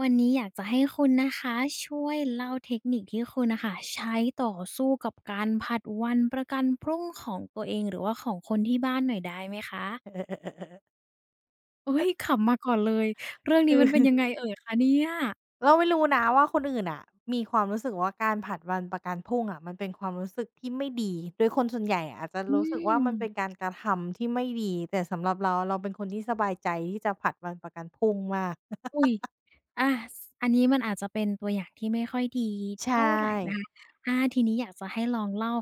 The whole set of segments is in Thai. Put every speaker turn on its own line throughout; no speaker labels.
วันนี้อยากจะให้คุณนะคะช่วยเล่าเทคนิคที่คุณน่ะค่ะใช้ต่อสู้กับการผัดวันประกันพรุ่งของตัวเองหรือว่าของคนที่บ้านหน่อยได้ไหมคะอุ๊ยขำมาก่อนเลยเรื่องนี้
คือ
มันเป็นยัง ไงเอ่ยคะเนี่ย
เราไม่รู้นะว่าคนอื่นอ่ะมีความรู้สึกว่าการผัดวันประกันพรุ่งอ่ะมันเป็นความรู้สึกที่ไม่ดีโดยคนส่วนใหญ่อาจจะ
อื
รู้สึกว่า
ม
มันเป็นการกระทำที่ไม่ดีแต่สำหรับเราเราเป็นคนที่สบายใจที่จะผัดวันประกันพรุ่งมาก
อุ๊ยอาสอันนี้มันอาจจะเป็นตัวอย่างที่ไม่ค่อยดี
ใช่
เท่าไรนะคะทีนี้อยากจะให้ลองเล่า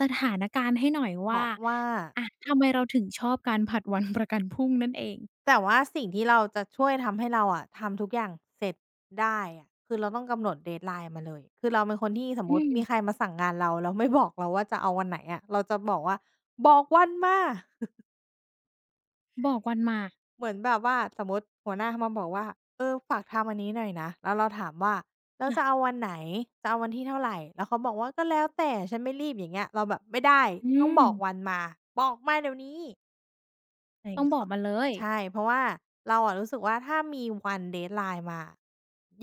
สถานการณ์ให้หน่อย
เพ
ว่า
ราะว่า
ทำไมเราถึงชอบการผัดวันประกันพรุ่งนั่นเอง
แต่ว่าสิ่งที่เราจะช่วยทำให้เราอะทำทุกอย่างเสร็จได้อะคือเราต้องกำหนดเ e a ไล i n มาเลยคือเราเป็นคนที่สมม
อื
ติ
ม
มีใครมาสั่งงานเราแล้วไม่บอกเราว่าจะเอาวันไหนอะเราจะบอกว่าบอกวันมา
บอกวันมา
เหมือนแบบว่าสมมติหัวหน้ามาบอกว่าเออฝากทำอันนี้หน่อยนะแล้วเราถามว่าแล้วจะ
ค่ะ
เอาวันไหนจะเอาวันที่เท่าไรแล้วเขาบอกว่าก็แล้วแต่ฉันไม่รีบอย่างเงี้ยเราแบบไม่ได้
อื
ต้องบ
ม
อกวันมาบอกมาเดี๋ยวนี้อะไรอ
ต้
ย่า
อ
ง
ง
เงี้ย
บ
ข
อกมาเลย
ใช่เพราะว่าเราอะรู้สึกว่าถ้ามีวัน deadline มา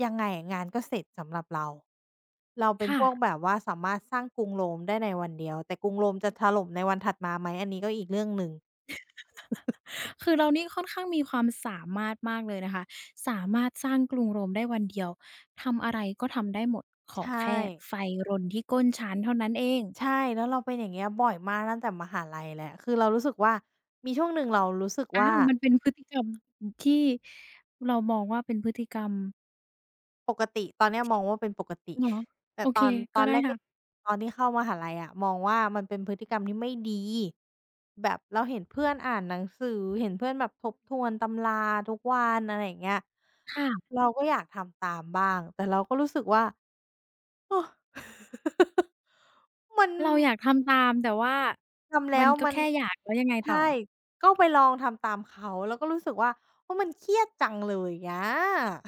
ยังไงอะงานก็เสร็จสำหรับเราเราเป็น
ค่ะ
พวกแบบว่าสามารถสร้างกรุงโรมได้ในวันเดียวแต่กรุงโรมจะถล่มในวันถัดมาไหมอันนี้ก็อีกเรื่องหนึ่ง
คือเรานี่ค่อนข้างมีความสามารถมากเลยนะคะสามารถสร้างกรุงโรมได้วันเดียวทำอะไรก็ทำได้หมดขอ
ใช่
แค่ไฟรนที่ก้นชั้นเท่านั้นเอง
ใช่แล้วเราเป็นอย่างเงี้ยบ่อยมากตั้งแต่มหาลัยแล้วคือเรารู้สึกว่ามีช่วงหนึ่งเรารู้สึก
อา
ว่า
วมันเป็นพฤติกรรมที่เรามองว่าเป็นพฤติกรรม
ปกติตอนเนี้ยมองว่าเป็นปกติ
เหรอ โอ
แต่ต
เค
อนต
ก็
อน
ได้
แรก
ค่ะ
ๆตอนที่เข้ามหาลัยอะมองว่ามันเป็นพฤติกรรมที่ไม่ดีแบบเราเห็นเพื่อนอ่านหนังสือเห็นเพื่อนแบบทบทวนตำราทุกวันอะไรอย่างเงี้ย
ค่ะ
เราก็อยากทำตามบ้างแต่เราก็รู้สึกว่าเออ มัน
เราอยากทำตามแต่ว่า
ทำ
มั
แล้
น
ว
ก็
มัน
แค่อยากแล้วยังไงต่
ใช่
อ
ก็ไปลองทำตามเขาแล้วก็รู้สึกว่าโอ้มันเครียดจังเลยอะ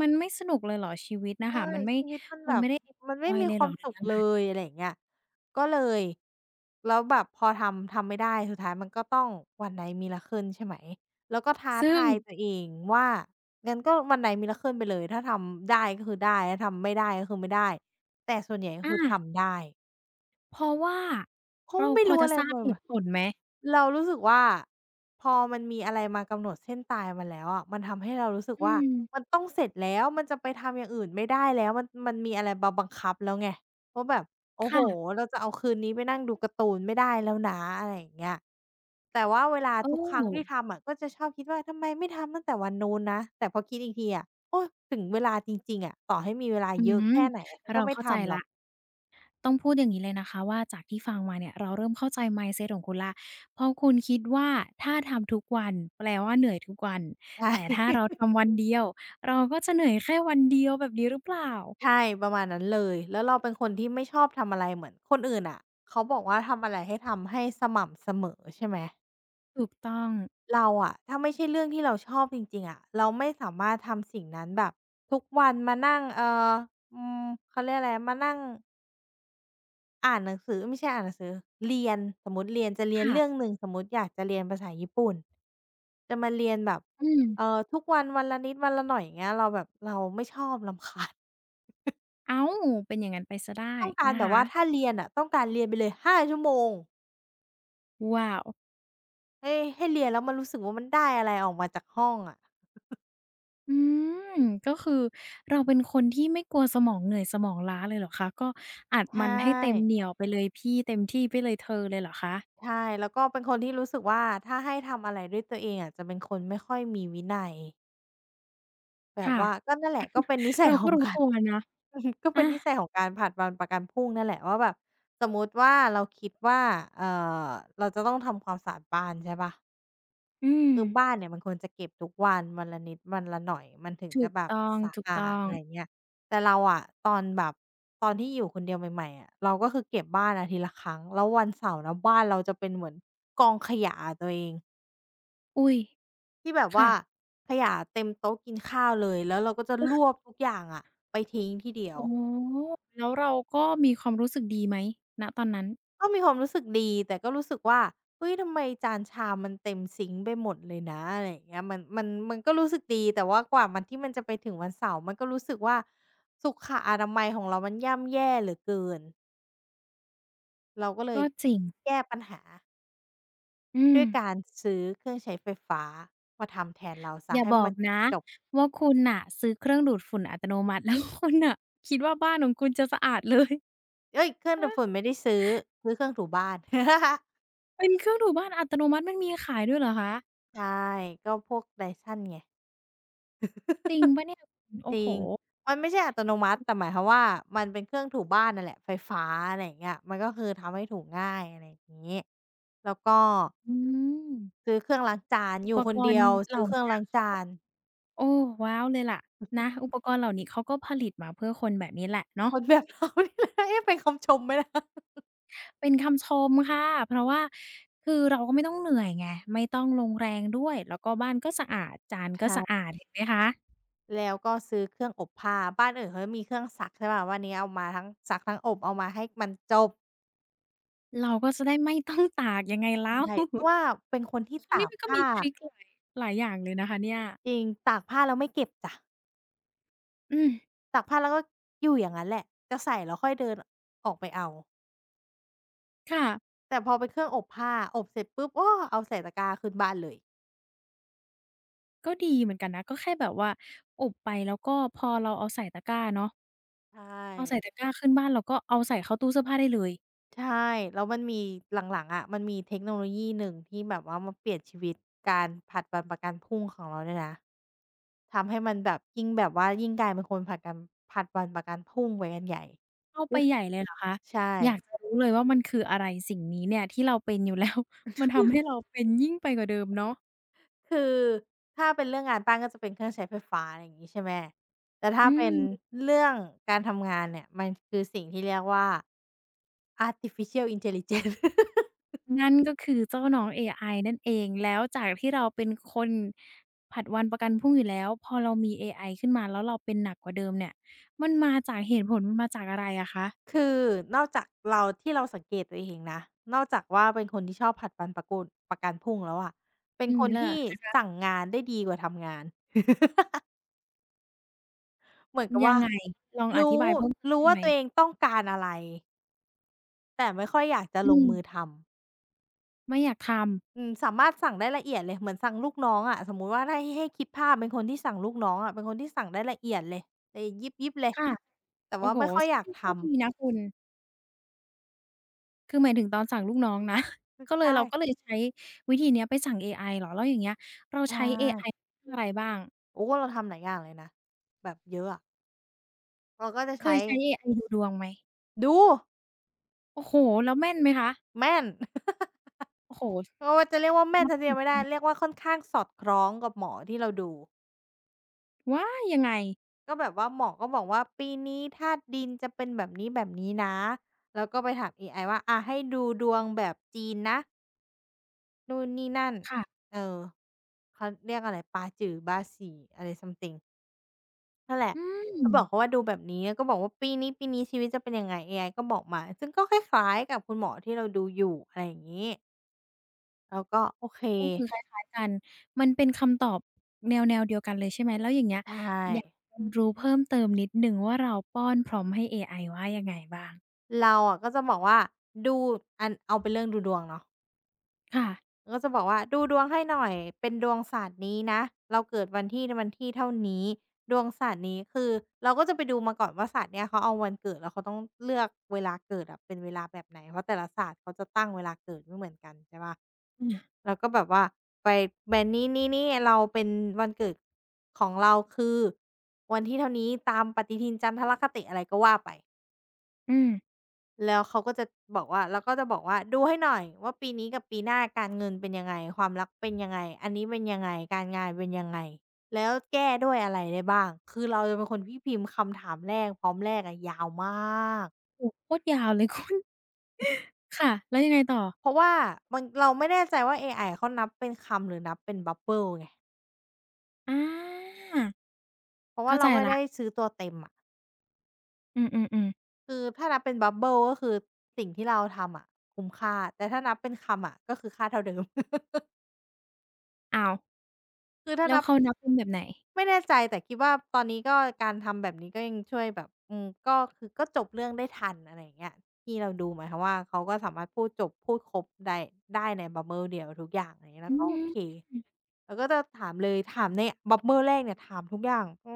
มันไม่สนุกเลยเหรอชีวิตนะ
ใช่
คะมันไม่
ชีวิตมัน
มั
แบ
น
บ
ไม่ได้เอน
มัน
จ
ไม่
อย
มี
เลย
ค
เหร
วา
อ
ม
หรือ
สุข
ยัง
เล
ไง
ยอะไรอย่างเงี้ยก็เลยแล้วแบบพอทำไม่ได้สุดท้ายมันก็ต้องวันไหนม t ละ r a c l ใช่ไหมแล้วก็ท้า
ซึ่ง
ทายตัวเองว่างั้นก็ o ันไหนม t Miracle ไปเลยถ้าทำได้ก็คือได้ถ้าทำไม่ได้ก็คือไม่ได้แต่ส่วนใหญ่ก็
อา
คือทำได้
เพราะว่า
เขา
เรา
ไม่
พอ
รู้
จะ
อะไร
ทราบ
เลย
เห
แบบ
ตุผลไหม
เรารู้สึกว่าพอมันมีอะไรมากำหนดเส้นตายมาแล้วอะมันทำให้เรารู้สึก
อื
ว่า
ม
มันต้องเสร็จแล้วมันจะไปทำอย่างอื่นไม่ได้แล้วมันมีอะไรมาบังคับแล้วไงว่าแบบโอ้โฮ
ค่ะ
เราจะเอาคืนนี้ไปนั่งดูการ์ตูนไม่ได้แล้วนะอะไรอย่างเงี้ยแต่ว่าเวลา
โอ้
ทุกครั้งที่ทำอะก็จะชอบคิดว่าทำไมไม่ทำตั้งแต่วันนู้นนะแต่พอคิดอีกทีอะโอ๊ยถึงเวลาจริงๆอะต่อให้มีเวลา
อื
เยอะ
ม
แค่ไหนอะฉันก็
เรา
ไม่
เข้าใจ
ทำหร
แล้
อ
ว
ก
ต้องพูดอย่างนี้เลยนะคะว่าจากที่ฟังมาเนี่ยเราเริ่มเข้าใจ mindset ของคุณแล้วเพราะคุณคิดว่าถ้าทำทุกวันแปลว่าเหนื่อยทุกวัน
ใช่
แต่ถ้าเรา ทำวันเดียวเราก็จะเหนื่อยแค่วันเดียวแบบนี้หรือเปล่า
ใช่ประมาณนั้นเลยแล้วเราเป็นคนที่ไม่ชอบทำอะไรเหมือนคนอื่นอะเขาบอกว่าทำอะไรให้ทำให้สม่ำเสมอใช่ไหม
ถูกต้อง
เราอะถ้าไม่ใช่เรื่องที่เราชอบจริงๆอะเราไม่สามารถทำสิ่งนั้นแบบทุกวันมานั่งอืมเขาเรียกอะไรมานั่งอ่านหนังสือไม่ใช่อ่านหนังสือเรียนสมมุติเรียนจะเรียน
ค่ะ
เรื่องหนึ่งสมมุติอยากจะเรียนภาษาญี่ปุ่นจะมาเรียนแบบ
อืม
ทุกวันวันละนิดวันละหน่อยอย่างเงี้ยเราแบบเราไม่ชอบรำคาญ
อ้าวเป็นอย่างงั้นไปเสียได้
ต้องการ
นะ
แบบ
คะ
ว่าถ้าเรียนอะต้องการเรียนไปเลย5 ชั่วโมง
ว้าว
ให้ให้เรียนแล้วมันรู้สึกว่ามันได้อะไรออกมาจากห้องอะ
อืมก็คือเราเป็นคนที่ไม่กลัวสมองเหนื่อยสมองล้าเลยเหรอคะก็อัด
ใช่
มันให้เต็มเหนี่ยวไปเลยพี่เต็มที่ไปเลยเธอเลยเหรอคะ
ใช่แล้วก็เป็นคนที่รู้สึกว่าถ้าให้ทำอะไรด้วยตัวเองอะจะเป็นคนไม่ค่อยมีวินัยแบบ
ค่ะ
ว่าก็นั่นแหละก็เป็นนิสัย
เรา
ข
ก็
อง
รู้
การ
ตัวนะ
อืมก็เป็น
อา
นิสัยของการผลัดวันประกันพรุ่งนั่นแหละว่าแบบสมมุติว่าเราคิดว่าเอ่อเราจะต้องทำความสะอาดบ้านใช่เปล่า
อืม
คือบ้านเนี่ยมันควรจะเก็บทุกวันวันละนิดวันละหน่อยมันถึง
ถู
จะ
ก
แบบ
ต้
สะอาด
อง
อะ
ๆ
ไรเงี้ยแต่เราอะตอนแบบตอนที่อยู่คนเดียวใหม่ๆอะเราก็คือเก็บบ้านอาทิตย์ละครั้งแล้ววันเสาร์นะบ้านเราจะเป็นเหมือนกองขยะอะตัวเอง
อุ๊ย
ที่แบบ
ค่ะ
ว่าขยะเต็มโต๊ะกินข้าวเลยแล้วเราก็จะรวบทุกอย่างอะไปทิ้งที่เดีย
อ๋
ว
อแล้วเราก็มีความรู้สึกดีไหมณตอนนั้น
ก็มีความรู้สึกดีแต่ก็รู้สึกว่าเฮ้ยทำไมจานชามมันเต็มซิงค์ไปหมดเลยนะอะไรอย่างเงี้ยมันก็รู้สึกดีแต่ว่ากว่ามันที่มันจะไปถึงวันเสาร์มันก็รู้สึกว่าสุขอนามัยของเรามันย่ำแย่เหลือเกินเราก็เล
ก็
ย
จริง
แก้ปัญหา
อืม
ด้วยการซื้อเครื่องใช้ไฟฟ้ามาทำแทนเราเสี
อ
ย
ย่า
ให้
บอ
มั
ก
น
นะ
จบๆ
ว่าคุณน่ะซื้อเครื่องดูดฝุ่นอัตโนมัติแล้วคุณน่ะคิดว่าบ้านของคุณจะสะอาดเลย
เฮ้ยเครื่องดูดฝุ่นไม่ได้ซื้อเครื่องถูบ้าน
เป็นเครื่องถูบ้านอัตโนมัติมันมีขายด้วยเหรอคะ
ใช่ก็พวก Dyson ไง
จริงเปล่าเนี่ยโอ้
จ
โฮ
ริงมันไม่ใช่อัตโนมัติแต่หมายความว่ามันเป็นเครื่องถูบ้านนั่นแหละไฟฟ้าอะไรอย่างเงี้ยมันก็คือทำให้ถูง่ายอะไรอย่างงี้แล้วก็
อืม
ซื้อเครื่องล้างจาน
อุ
อ
ป
ยู่ค
ก
น
ร
เดี
ณ์
ยว
เห
ซื้อ
ล่า
เครื่อง
เนี้ย
ล้าง
เขา
จา
ก็
น
โอ้ว้าวเลยล่ะนะอุปกรณ์เหล่านี้เขาก็ผลิตมาเพื่อคนแบบนี้แหละเนาะ
คนแบบเรานี่แหละ เอ๊ะเป็นคำชมไหมนะ
เป็นคำชมค่ะเพราะว่าคือเราก็ไม่ต้องเหนื่อยไงไม่ต้องลงแรงด้วยแล้วก็บ้านก็สะอาดจานก็
ใช่
สะอาดเห็นไหมคะ
แล้วก็ซื้อเครื่องอบผ้าบ้านอื่นเขาจะมีเครื่องซักใช่เปล่าวันนี้เอามาทั้งซักทั้งอบเอามาให้มันจบ
เราก็จะได้ไม่ต้องตากยังไงแล้ว
ใช่เพราะ ว่าเป็นคนที่
คราว
ตา
นี้
ก
มันก็มี
ผ้า
ทริกหลายหลายอย่าง
จริงตากผ้าแล้วไม่เก็บจ้ะ
อืม
ตากผ้าแล้วก็อยู่อย่างงั้นแหละจะใส่แล้วค่อยเดินออกไปเอา
ค่ะ
แต่พอเป็นเครื่องอบผ้าอบเสร็จปุ๊บโอ้เอาใส่ตะกร้าขึ้นบ้านเลย
ก็ดีเหมือนกันนะก็แค่แบบว่าอบไปแล้วก็พอเราเอาใส่ตะกร้าเนาะ
ใช่
เอาใส่ตะกร้าขึ้นบ้านเราก็เอาใส่เข้าตู้เสื้อผ้าได้เลย
ใช่แล้วมันมีหลังๆอะมันมีเทคโนโลยีหนึ่งที่แบบว่ามันเปลี่ยนชีวิตการผัดวันประกันพรุ่งของเราเนี่ยนะทำให้มันแบบยิ่งพุ่งไปกันใหญ่
เอาไป
ก็
ใหญ่เลยเหรอคะ
ใช่
อยากจะรู้เลยว่ามันคืออะไรสิ่งนี้เนี่ยที่เราเป็นอยู่แล้ว มันทำให้เราเป็นยิ่งไปกว่าเดิมเนาะ
คือถ้าเป็นเรื่องงานบ้านก็จะเป็นเครื่องใช้ไฟฟ้าอะไรอย่างงี้ใช่ไหมแต่
อื
ถ้าเป็น
ม
เรื่องการทำงานเนี่ยมันคือสิ่งที่เรียกว่า Artificial Intelligence
นั่นก็คือเจ้าน้องเอไอนั่นเองแล้วจากที่เราเป็นคนผัดวันประกันพรุ่งอยู่แล้วพอเรามีเอไอขึ้นมาแล้วเราเป็นหนักกว่าเดิมเนี่ยมันมาจากเหตุผลมันมาจากอะไรอะคะ
คือนอกจากเราที่เราสังเกตตัวเองนะนอกจากว่าเป็นคนที่ชอบผลัดวันประกุนประกันพรุ่งแล้วอะเป็
อื
น
ม
คน
แล
ที่
อ
สั่งงานได้ดีกว่าทำงาน เหมือนกับ
ยัง
ว่า
ไงลองอธิ
รู้
บายเพิ่มเติม
รู้
ได้
ว่า
ไหม
ตัวเองต้องการอะไรแต่ไม่ค่อยอยากจะ
อื
ลง
ม
มือทำ
ไม่อยากทำ
อืมสามารถสั่งได้ละเอียดเลยเหมือนสั่งลูกน้องอะสมมุติว่าถ้าให้คิดภาพเป็นคนที่สั่งลูกน้องอะเป็นคนที่สั่งได้ละเอียดเลยเลยยบยิบเลย
ค่ะ
แต่
โอ้
ว่า
โฮ
ไม่ค่อยอ
ก็
ยาก
เป็นข้อ
ทำ
ดีนะคุณคือหมายถึงตอนสั่งลูกน้องนะ ก็เลย
ใช่
เราก็เลยใช้วิธีเนี้ยไปสั่งเอไอเหรอแล้วอย่างเงี้ยเรา
ใช่
ใช้เอไอ อะไรบ้าง
โอ้เราทำหลายอย่างเลยนะแบบเยอะอะ เราก็จะ
เค
ใช้
ยใช้เอไอดูดวงไหม
ดู
โอ้โฮแล้วแม่นไหมคะ
แม่น
โอ้โฮ
เพราะว่าจะเรียกว่าแม่น
นับ
ทสีทีเดี
ถื
ยว
อ
ไม่
คุ
ได้
ณ
เรียกว่าค่อนข้างสอดคล้องกับหมอที่เราดู
ว้ายยังไง
ก็แบบว่าหมอก็บอกว่าปีนี้ธาตุดินจะเป็นแบบนี้แบบนนะแล้วก็ไปถามเอไอว่าอะให้ดูดวงแบบจีนนะนู่นนี่นั่น
ค่ะ
เออเขาเรียกอะไรปาจื่อบาสีอะไร s ั m e t h i n g นั่นแหละ
อืม
ก็บอกเขาว่าดูแบบนี้แล้วก็บอกว่าปีนี้ชีวิตจะเป็นยังไงเอไอก็บอกมาซึ่งก็คล้ายๆกับคุณหมอที่เราดูอยู่อะไรอย่างนี้แล้วก็โอเค
ก็คือคล้ายๆกันมันเป็นคำตอบแนวๆเดียวกันเลยใช่ไหมแล้วอย่างเงี้ย
ใช่
อยากเรียนรู้เพิ่มเติมนิดหนึ่งว่าเราป้อนพร็อมป์ให้เอไอว่ายังไงบ้าง
เราอะก็จะบอกว่าดูอันเอาเป็นเรื่องดูดวงเนาะ
ค่ะ
ก็จะบอกว่าดูดวงให้หน่อยเป็นดวงศาสตร์นี้นะเราเกิดวันที่เท่านี้ดวงศาสตร์นี้คือเราก็จะไปดูมาก่อนว่าศาสตร์เนี้ยเขาเอาวันเกิดแล้วเขาต้องเลือกเวลาเกิดอะเป็นเวลาแบบไหนเพราะแต่ละศาสตร์เขาจะตั้งเวลาเกิดไม่เหมือนกันใช่เปล่า
อือ
เราก็แบบว่าไปแบบนี้ๆๆเราเป็นวันเกิดของเราคือวันที่เท่านี้ตามปฏิทินจันทรคติอะไรก็ว่าไป
อืม
แล้วเขาก็จะบอกว่าแล้วก็จะบอกว่าดูให้หน่อยว่าปีนี้กับปีหน้าการเงินเป็นยังไงความรักเป็นยังไงอันนี้เป็นยังไงการงานเป็นยังไงแล้วแก้ด้วยอะไรได้บ้างคือเราจะเป็นคนที่พิมพ์คำถามแรกอะยาวมาก
โอ้โฮโคตรยาวเลยคุณ ค่ะ แล้วยังไงต่อ
เพราะว่ามันเราไม่แน่ใจว่าเอไอเขานับเป็นคำหรือนับเป็น bubble ไง
อา
เพราะว่า
เข้าใจ
เราไม่
แล้ว
ได้ซื้อตัวเต็มอะ
อืมๆๆ
คือถ้านับเป็น b u b b l ลก็คือสิ่งที่เราทำอะคุ้มค่าแต่ถ้านับเป็นคำอะก็คือค่าเท่าเดิม
อ้าว
คือถ้า
แล้ว
นับ
เขานับเป็นแบบไหน
ไม่แน่ใจแต่คิดว่าตอนนี้ก็การทำแบบนี้ก็ยังช่วยแบบอืมก็คือก็จบเรื่องได้ทันอะไรอย่างเงี้ยที่เราดูหมายความว่าเขาก็สามารถพูดจบพูดครบได้ได้ใน bubble เบิลเดียวทุกอย่างอะไรอย่างเงี้ย
อื
เราก็โอ
ม
เค
ค่ะ
เราก็จะถามเลยถามใน bubble แรกเนี่ยถามทุกอย่าง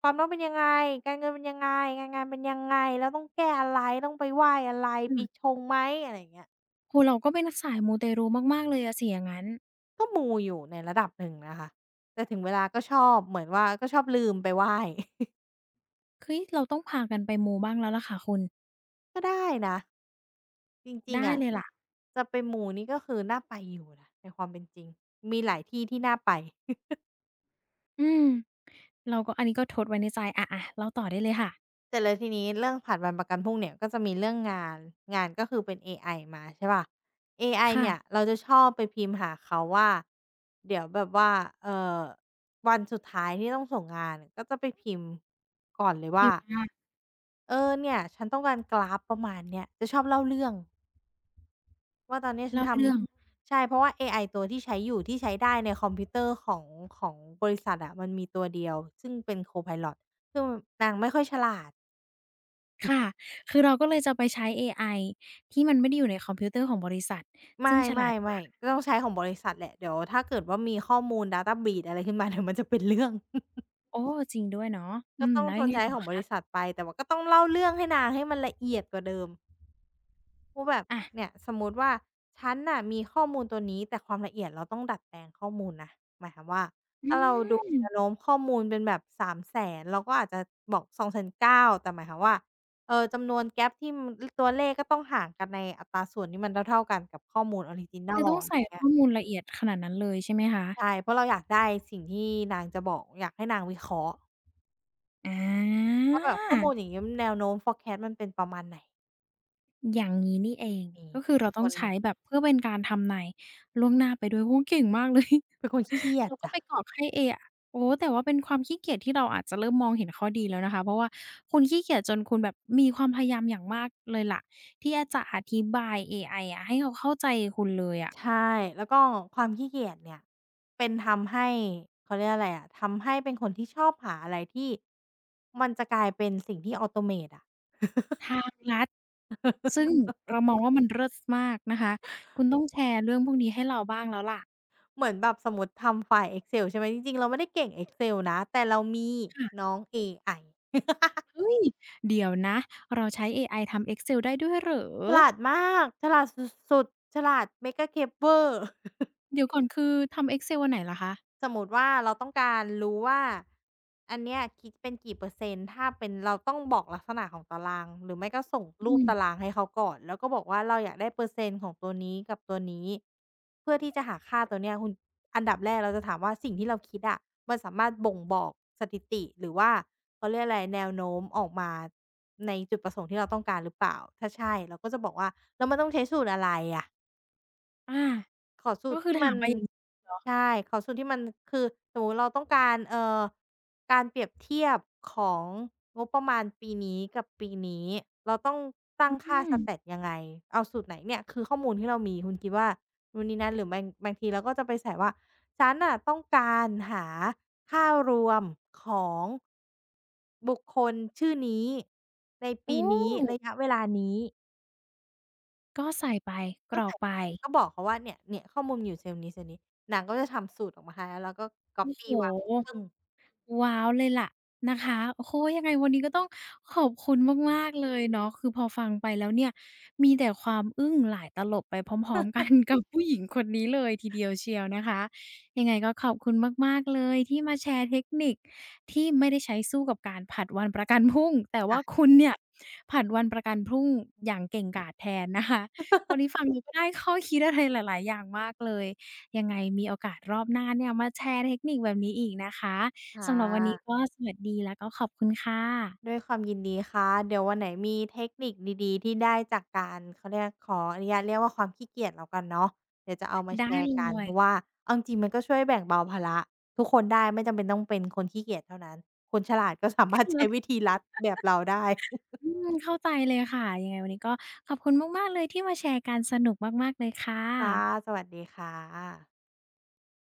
ความรักเป็นยังไงการเงินเป็นยังไงการงานเป็นยังไงแล้วต้องแก้อะไรต้องไปไหว้อะไร
โอ
ปีชงไหมอะไรอย่างเงี้ย
้โฮเราก็เป็นสายมูเตลูมากๆเลยอะสิอย่างงั้น
ก็มูอยู่ในระดับหนึ่งนะคะแต่ถึงเวลาก็ชอบเหมือนว่าก็ชอบลืมไปไหว้
เฮ้ยเราต้องพากันไปมูบ้างแล้วล่ะค่ะคุณ
ก็ได้นะจริง
ได้
ๆอะ
เลยล่ะ
จะไปมูนี่ก็คือน่าไปอยู่นะในความเป็นจริงมีหลายที่ที่น่าไป
อืมเราก็อันนี้ก็ทดไว้ในใจอาๆเล่าต่อได้เลยค่ะ
แต่เสร็จแลยทีนี้เรื่องผ่ัดวันประกันพรุ่งเนี่ยก็จะมีเรื่องงานงานก็คือเป็นเอไอมาใช่เปล่าเอไอ
ค่ะ
เนี่ยเราจะชอบไปพิมพ์หาเขาว่าเดี๋ยวแบบว่าเอ่อวันสุดท้ายที่ต้องส่งงานก็จะไปพิมพ์ก่อนเลย
พิ
ว่า
มพ์มา
เนี่ยฉันต้องการกราฟประมาณเนี้ยจะชอบเล่าเรื่อง ว่าตอนนี้ฉัน
เล่า
ท
เรื่อง
ำใช่เพราะว่าเอไอตัวที่ใช้อยู่ที่ใช้ได้ในคอมพิวเตอร์ของบริษัทอะมันมีตัวเดียวซึ่งเป็น Copilot ซึ่งนางไม่ค่อยฉลาด
ค่ะคือเราก็เลยจะไปใช้เอไอที่มันไม่ได้อยู่ในคอมพิวเตอร์ของบริษัท
ไม
ซึ่งฉลาดก
่ๆ
ว่า
ๆก็ต้องใช้ของบริษัทแหละเดี๋ยวถ้าเกิดว่ามีข้อมูล Data Breach อะไรขึ้นมา เดี๋ยวมันจะเป็นเรื่อง
โอ้จริงด้วยเนาะอื
ก็
ม
ต้อง
แล้ว
ท
ยัง
น
ไง
ใช้
ต่อ
ของบริษั
คะ
ทไปแต่ว่าก็ต้องเล่าเรื่องให้นางให้มันละเอียดกว่าเดิม ว่าแบบ
อา
เนี่ยสมมุติว่าฉันน่ะมีข้อมูลตัวนี้แต่ความละเอียดเราต้องดัดแปลงข้อมูลนะหมายความว่า
อื
ถ้าเราดู
ม
แนวโน้มข้อมูลเป็นแบบสามแสนเราก็อาจจะบอกสองแสนเก้าแต่หมายความว่าจำนวนแกปที่มนตัวเลขก็ต้องห่างกันในอัตราส่วนที่มันเท่าๆกันกับข้อมูลออริจินอ
คือ
ล
ต้อง
อ
ใส่
ย่างเงี้
ข้
ย
อมูลละเอียดขนาดนั้นเลยใช่ไหมคะ
ใช่เพราะเราอยากได้สิ่งที่นางจะบอกอยากให้นางวิเคราะห์
อ
ว่าแบบข้อมูลอ
า
ย่างเงี้ยแนวโน้ม forecast มันเป็นประมาณไหน
อย่างงี้นี่เอง
นี
ก็คือ
เป็
เรา
นค
ต้อง
น
ใช้แบบเพื่อเป็นการทำนายล่วงหน้าไปด้วยโอ้โฮเก่งมากเลย
เป็นคนขี้เกี ยจ
เราก็
จ้ะ
ไปกรอกให้เออะโอ้โฮแต่ว่าเป็นความขี้เกียจที่เราอาจจะเริ่มมองเห็นข้อดีแล้วนะคะเพราะว่าคุณขี้เกียจจนคุณแบบมีความพยายามอย่างมากเลยล่ะที่จะอธิบายเอไออะให้เขาเข้าใจคุณเลยอะ
ใช่แล้วก็ความขี้เกียจเนี่ยเป็นทำให้เขาเรียกอะไรอะทำให้เป็นคนที่ชอบหาอะไรที่มันจะกลายเป็นสิ่งที่ automate อะ
ทางลัดซึ่งเรามองว่ามันเลิศมากนะคะคุณต้องแชร์เรื่องพวกนี้ให้เราบ้างแล้วล่ะ
เหมือนแบบสมมุติทำไฟล์ Excel ใช่ไหมจริงๆเราไม่ได้เก่ง Excel นะแต่เรามี
ค่ะ
น้องเอไอ
เฮ้ยเดี๋ยวนะเราใช้เอไอทำ Excel ได้ด้วยเหรอ
ฉลาดมากฉลาดสุดๆฉลาด Mega c a อ e r
เดี๋ยวก่อนคือทำ Excel อันไหนเหรอคะ
สมมติว่าเราต้องการรู้ว่าอันเนี้ยคิดเป็นกี่เปอร์เซ็นต์ถ้าเป็นเราต้องบอกลักษณะของตารางหรือไม่ก็ส่งรู
อื
ปตารา
ม
งให้เขาก่อนแล้วก็บอกว่าเราอยากได้เปอร์เซ็นต์ของตัวนี้กับตัวนี้เพื่อที่จะหาค่าตัวเนี้ยคุณอันดับแรกเราจะถามว่าสิ่งที่เราคิดอะมันสามารถบ่งบอกสถิติหรือว่าเขาเรียกอะไรแนวโน้มออกมาในจุดประสงค์ที่เราต้องการหรือเปล่าถ้าใช่เราก็จะบอกว่าแล้วมันต้องใช้สูตรอะไรอะ
อา
ขอสู
ก็
ตร
คือ
ที่
ถา
มั
ม
น
ไปอย่าง
ใช่ขอสูตรที่มันคือสมมุติเราต้องการการเปรียบเทียบของงบประมาณปีนี้กับปีนี้เราต้องตั้ง
อื
ค่า
ม
Stat ยังไงเอาสูตรไหนเนี่ยคือข้อมูลที่เรามีคุณคิดว่านู่นนี่นั่นหรือบางทีเราก็จะไปใส่ว่าฉันน่ะต้องการหาค่ารวมของบุคคลชื่อนี้ใน
โอ้
ปีนี้ระยะเวลานี้
ก็ใส่ไปก
ก็
รอก
ใส่
ไป
ไปก็บอกเขาว่าเนี่ยเนี่ยข้อมูลมันอยู่เซลล์นี้เซลล์นี้นางก็จะทำสูตรออกมาให้แล้วเราก็ก๊อบ
โอ้โฮ
ปี้วางปึ้ง
ว้าวเลยล่ะนะคะโอ้โฮยังไงวันนี้ก็ต้องขอบคุณมากๆเลยเนาะคือพอฟังไปแล้วเนี่ยมีแต่ความอึ้งหลายตลบไปพร้อมๆกันกับผู้หญิงคนนี้เลยทีเดียวเชียวนะคะยังไงก็ขอบคุณมากๆเลยที่มาแชร์เทคนิคที่ไม่ได้ใช้สู้กับการผลัดวันประกันพรุ่งแต่ว่า
ค่ะ
คุณเนี่ยผลัดวันประกันพรุ่งอย่างเก่งกาจแทนนะคะวันนี้ฟังแล้วก็ได้ข้อคิดอะไรหลายๆอย่างมากเลยยังไงมีโอกาสรอบหน้าเนี่ยมาแชร์เทคนิคแบบนี้อีกนะคะ
ค่
สำหรับวันนี้
ะ
ก็สวัสดีแล้วก็ขอบคุณค่ะ
ด้วยความยินดีค่ะเดี๋ยววันไหนมีเทคนิคดีๆที่ได้จากการเขาเรียกขออนุญาตเรียกว่าความขี้เกียจแล้วกันเนาะเดี๋ยวจะเอามาแช
ได้
ร์กั
เล
น
ย
เพราะว่าเอาจริงๆมันก็ช่วยแบ่งเบาภาระทุกคนได้ไม่จำเป็นต้องเป็นคนขี้เกียจเท่านั้นคนฉลาดก็สามารถใช้วิธีลัดแบบเราได้
อืมเข้าใจเลยค่ะยังไงวันนี้ก็ขอบคุณมากๆเลยที่มาแชร์กันสนุกมากๆเลยค่
ค่ะ
ะ
สวัสดีค่ะ